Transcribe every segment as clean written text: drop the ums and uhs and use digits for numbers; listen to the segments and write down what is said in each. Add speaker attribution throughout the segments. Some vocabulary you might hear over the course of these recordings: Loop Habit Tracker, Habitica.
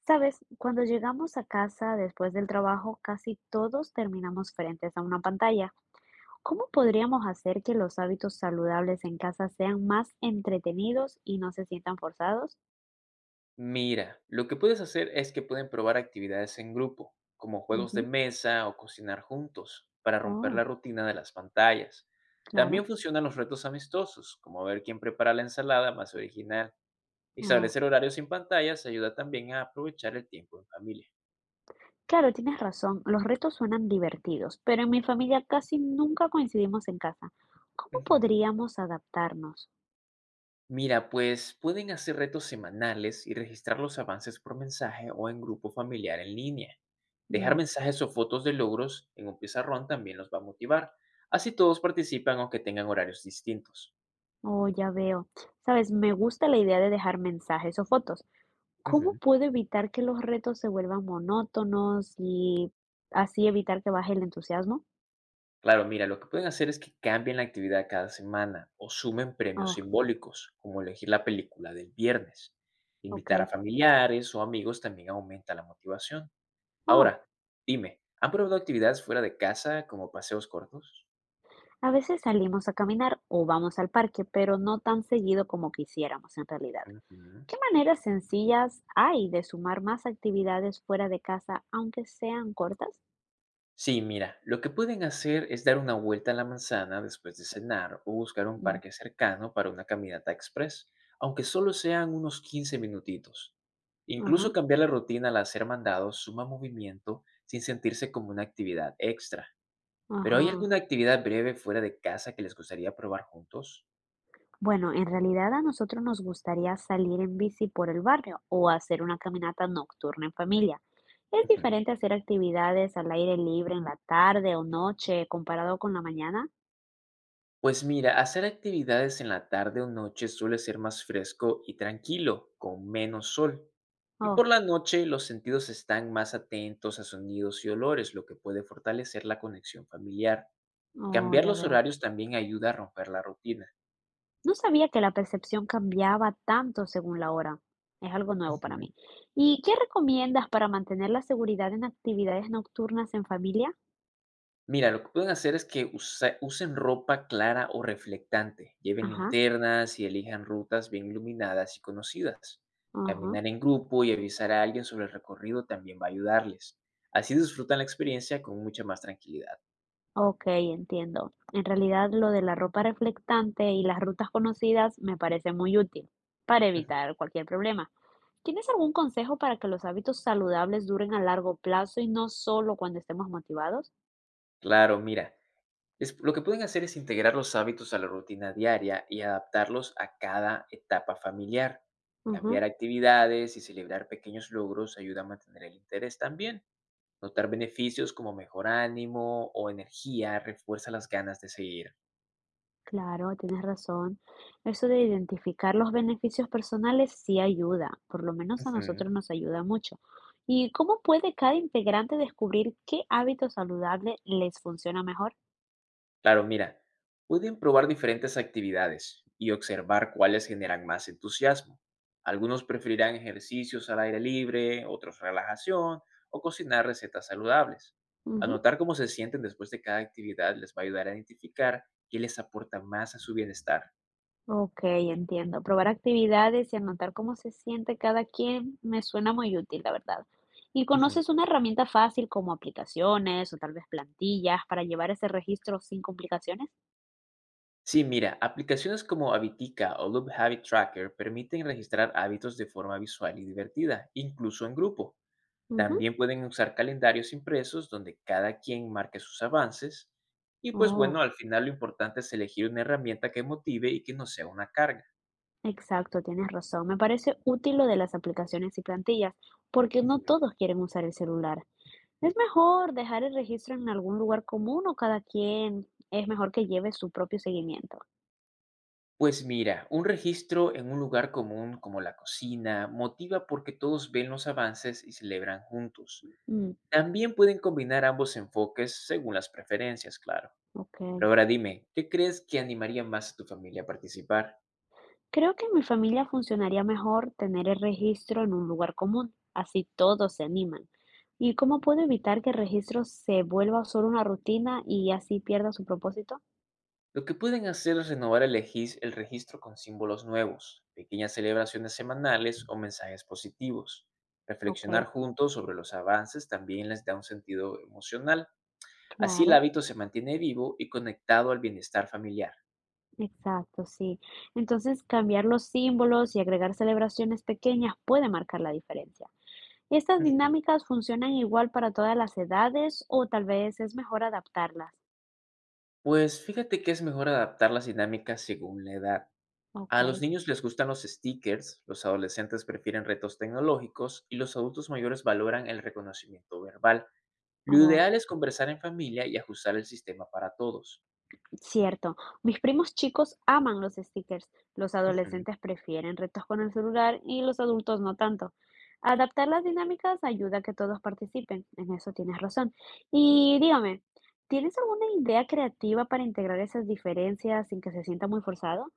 Speaker 1: Sabes, cuando llegamos a casa después del trabajo, casi todos terminamos frentes a una pantalla. ¿Cómo podríamos hacer que los hábitos saludables en casa sean más entretenidos y no se sientan forzados?
Speaker 2: Mira, lo que puedes hacer es que pueden probar actividades en grupo, como juegos de
Speaker 1: Ujú.
Speaker 2: mesa o cocinar juntos, para romper la
Speaker 1: Oh,
Speaker 2: rutina de las pantallas.
Speaker 1: claro.
Speaker 2: También funcionan los retos amistosos, como ver quién prepara la ensalada más original.
Speaker 1: Oh.
Speaker 2: Establecer horarios sin pantallas ayuda también a aprovechar el tiempo en familia.
Speaker 1: Claro, tienes razón. Los retos suenan divertidos, pero en mi familia casi nunca coincidimos en casa. ¿Cómo
Speaker 2: Ujú.
Speaker 1: podríamos adaptarnos?
Speaker 2: Mira, pues pueden hacer retos semanales y registrar los avances por mensaje o en grupo familiar en línea. Dejar
Speaker 1: Mm.
Speaker 2: mensajes o fotos de logros en un pizarrón también los va a motivar. Así todos participan aunque tengan horarios distintos.
Speaker 1: Oh, ya veo. Sabes, me gusta la idea de dejar mensajes o fotos. ¿Cómo
Speaker 2: Ujú.
Speaker 1: puedo evitar que los retos se vuelvan monótonos y así evitar que baje el entusiasmo?
Speaker 2: Claro, mira, lo que pueden hacer es que cambien la actividad cada semana o sumen premios
Speaker 1: Oh,
Speaker 2: simbólicos, como elegir la película del viernes.
Speaker 1: ok.
Speaker 2: Invitar a familiares o amigos también aumenta la motivación.
Speaker 1: Oh,
Speaker 2: Ahora, dime, ¿han probado actividades fuera de casa como paseos cortos?
Speaker 1: a veces salimos a caminar o vamos al parque, pero no tan seguido como quisiéramos en realidad.
Speaker 2: Ujú.
Speaker 1: ¿Qué maneras sencillas hay de sumar más actividades fuera de casa, aunque sean cortas?
Speaker 2: Sí, mira, lo que pueden hacer es dar una vuelta a la manzana después de cenar o buscar un
Speaker 1: Mm.
Speaker 2: parque cercano para una caminata express, aunque solo sean unos 15 minutitos. Incluso
Speaker 1: Ajá,
Speaker 2: cambiar la rutina al hacer mandados suma movimiento sin sentirse como una actividad extra. ¿Pero hay
Speaker 1: ajá.
Speaker 2: alguna actividad breve fuera de casa que les gustaría probar juntos?
Speaker 1: Bueno, en realidad a nosotros nos gustaría salir en bici por el barrio o hacer una caminata nocturna en familia. ¿Es
Speaker 2: Ujú.
Speaker 1: diferente hacer actividades al aire libre en la tarde o noche comparado con la mañana?
Speaker 2: Pues mira, hacer actividades en la tarde o noche suele ser más fresco y tranquilo, con menos sol. Y por
Speaker 1: Oh,
Speaker 2: la noche los sentidos están más atentos a sonidos y olores, lo que puede fortalecer la conexión familiar.
Speaker 1: oh,
Speaker 2: Cambiar
Speaker 1: ya
Speaker 2: los
Speaker 1: veo.
Speaker 2: horarios también ayuda a romper la rutina.
Speaker 1: No sabía que la percepción cambiaba tanto según la hora. Es algo nuevo para
Speaker 2: Ujú.
Speaker 1: mí. ¿Y qué recomiendas para mantener la seguridad en actividades nocturnas en familia?
Speaker 2: Mira, lo que pueden hacer es que usen ropa clara o reflectante, lleven
Speaker 1: Ajá,
Speaker 2: linternas y elijan rutas bien iluminadas y conocidas.
Speaker 1: ajá.
Speaker 2: Caminar en grupo y avisar a alguien sobre el recorrido también va a ayudarles. Así disfrutan la experiencia con mucha más tranquilidad.
Speaker 1: Ok, entiendo. En realidad lo de la ropa reflectante y las rutas conocidas me parece muy útil para
Speaker 2: Ujú.
Speaker 1: evitar cualquier problema. ¿Tienes algún consejo para que los hábitos saludables duren a largo plazo y no solo cuando estemos motivados?
Speaker 2: Claro, mira, lo que pueden hacer es integrar los hábitos a la rutina diaria y adaptarlos a cada etapa familiar.
Speaker 1: Ujú.
Speaker 2: Cambiar actividades y celebrar pequeños logros ayuda a mantener el interés también. Notar beneficios como mejor ánimo o energía refuerza las ganas de seguir.
Speaker 1: Claro, tienes razón. Eso de identificar los beneficios personales sí ayuda, por lo menos a
Speaker 2: Ujú.
Speaker 1: nosotros nos ayuda mucho. ¿Y cómo puede cada integrante descubrir qué hábito saludable les funciona mejor?
Speaker 2: Claro, mira, pueden probar diferentes actividades y observar cuáles generan más entusiasmo. Algunos preferirán ejercicios al aire libre, otros relajación o cocinar recetas saludables.
Speaker 1: Ujú.
Speaker 2: Anotar cómo se sienten después de cada actividad les va a ayudar a identificar qué les aporta más a su bienestar.
Speaker 1: Ok, entiendo. Probar actividades y anotar cómo se siente cada quien me suena muy útil, la verdad. ¿Y
Speaker 2: Ujú.
Speaker 1: conoces una herramienta fácil como aplicaciones o tal vez plantillas para llevar ese registro sin complicaciones?
Speaker 2: Sí, mira, aplicaciones como Habitica o Loop Habit Tracker permiten registrar hábitos de forma visual y divertida, incluso en grupo.
Speaker 1: Ujú.
Speaker 2: También pueden usar calendarios impresos donde cada quien marque sus avances. Y pues bueno,
Speaker 1: Oh,
Speaker 2: al final lo importante es elegir una herramienta que motive y que no sea una carga.
Speaker 1: exacto, tienes razón. Me parece útil lo de las aplicaciones y plantillas, porque no
Speaker 2: Ujú.
Speaker 1: todos quieren usar el celular. Es mejor dejar el registro en algún lugar común o cada quien es mejor que lleve su propio seguimiento.
Speaker 2: Pues mira, un registro en un lugar común como la cocina motiva porque todos ven los avances y celebran juntos.
Speaker 1: Mm,
Speaker 2: También pueden combinar ambos enfoques según las preferencias, claro.
Speaker 1: ok.
Speaker 2: Pero ahora dime, ¿qué crees que animaría más a tu familia a participar?
Speaker 1: Creo que en mi familia funcionaría mejor tener el registro en un lugar común, así todos se animan. ¿Y cómo puedo evitar que el registro se vuelva solo una rutina y así pierda su propósito?
Speaker 2: Lo que pueden hacer es renovar el registro con símbolos nuevos, pequeñas celebraciones semanales o mensajes positivos.
Speaker 1: Ok,
Speaker 2: Reflexionar juntos sobre los avances también les da un sentido emocional. Así el
Speaker 1: claro,
Speaker 2: hábito se mantiene vivo y conectado al bienestar familiar.
Speaker 1: exacto, sí. Entonces, cambiar los símbolos y agregar celebraciones pequeñas puede marcar la diferencia. ¿Estas
Speaker 2: Ujú.
Speaker 1: dinámicas funcionan igual para todas las edades o tal vez es mejor adaptarlas?
Speaker 2: Pues fíjate que es mejor adaptar las dinámicas según la edad.
Speaker 1: Ok,
Speaker 2: A los niños les gustan los stickers, los adolescentes prefieren retos tecnológicos y los adultos mayores valoran el reconocimiento verbal. Lo
Speaker 1: oh.
Speaker 2: ideal es conversar en familia y ajustar el sistema para todos.
Speaker 1: Cierto, mis primos chicos aman los stickers, los
Speaker 2: Ujú.
Speaker 1: adolescentes prefieren retos con el celular y los adultos no tanto. Adaptar las dinámicas ayuda a que todos participen, en eso tienes razón. Y dígame, ¿tienes alguna idea creativa para integrar esas diferencias sin que se sienta muy forzado?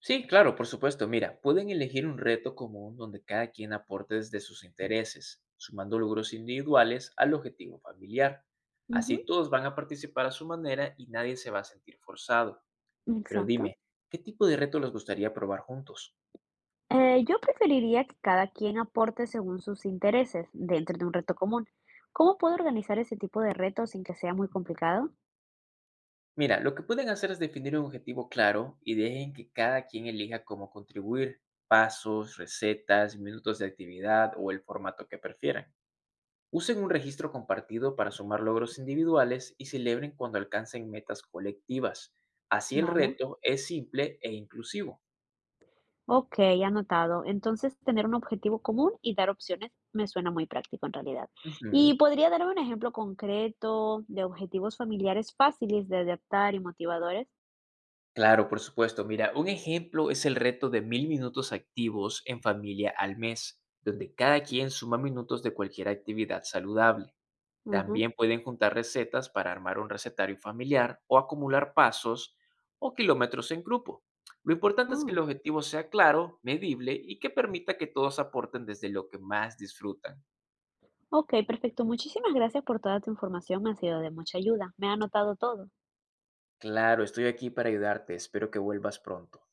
Speaker 2: Sí, claro, por supuesto. Mira, pueden elegir un reto común donde cada quien aporte desde sus intereses, sumando logros individuales al objetivo familiar.
Speaker 1: Ujú.
Speaker 2: Así todos van a participar a su manera y nadie se va a sentir forzado. Pero
Speaker 1: Exacto.
Speaker 2: dime, ¿qué tipo de reto les gustaría probar juntos?
Speaker 1: Yo preferiría que cada quien aporte según sus intereses dentro de un reto común. ¿Cómo puedo organizar ese tipo de retos sin que sea muy complicado?
Speaker 2: Mira, lo que pueden hacer es definir un objetivo claro y dejen que cada quien elija cómo contribuir, pasos, recetas, minutos de actividad o el formato que prefieran. Usen un registro compartido para sumar logros individuales y celebren cuando alcancen metas colectivas. Así el
Speaker 1: Vale.
Speaker 2: reto es simple e inclusivo.
Speaker 1: Ok, anotado. Entonces, tener un objetivo común y dar opciones me suena muy práctico en realidad. ¿Y
Speaker 2: Ujú.
Speaker 1: podría darme un ejemplo concreto de objetivos familiares fáciles de adaptar y motivadores?
Speaker 2: Claro, por supuesto. Mira, un ejemplo es el reto de 1000 minutos activos en familia al mes, donde cada quien suma minutos de cualquier actividad saludable.
Speaker 1: Ujú.
Speaker 2: También pueden juntar recetas para armar un recetario familiar o acumular pasos o kilómetros en grupo. Lo importante es que el
Speaker 1: Oh,
Speaker 2: objetivo sea claro, medible y que permita que todos aporten desde lo que más disfrutan.
Speaker 1: ok, perfecto. Muchísimas gracias por toda tu información. Me ha sido de mucha ayuda. Me ha anotado todo.
Speaker 2: Claro, estoy aquí para ayudarte. Espero que vuelvas pronto.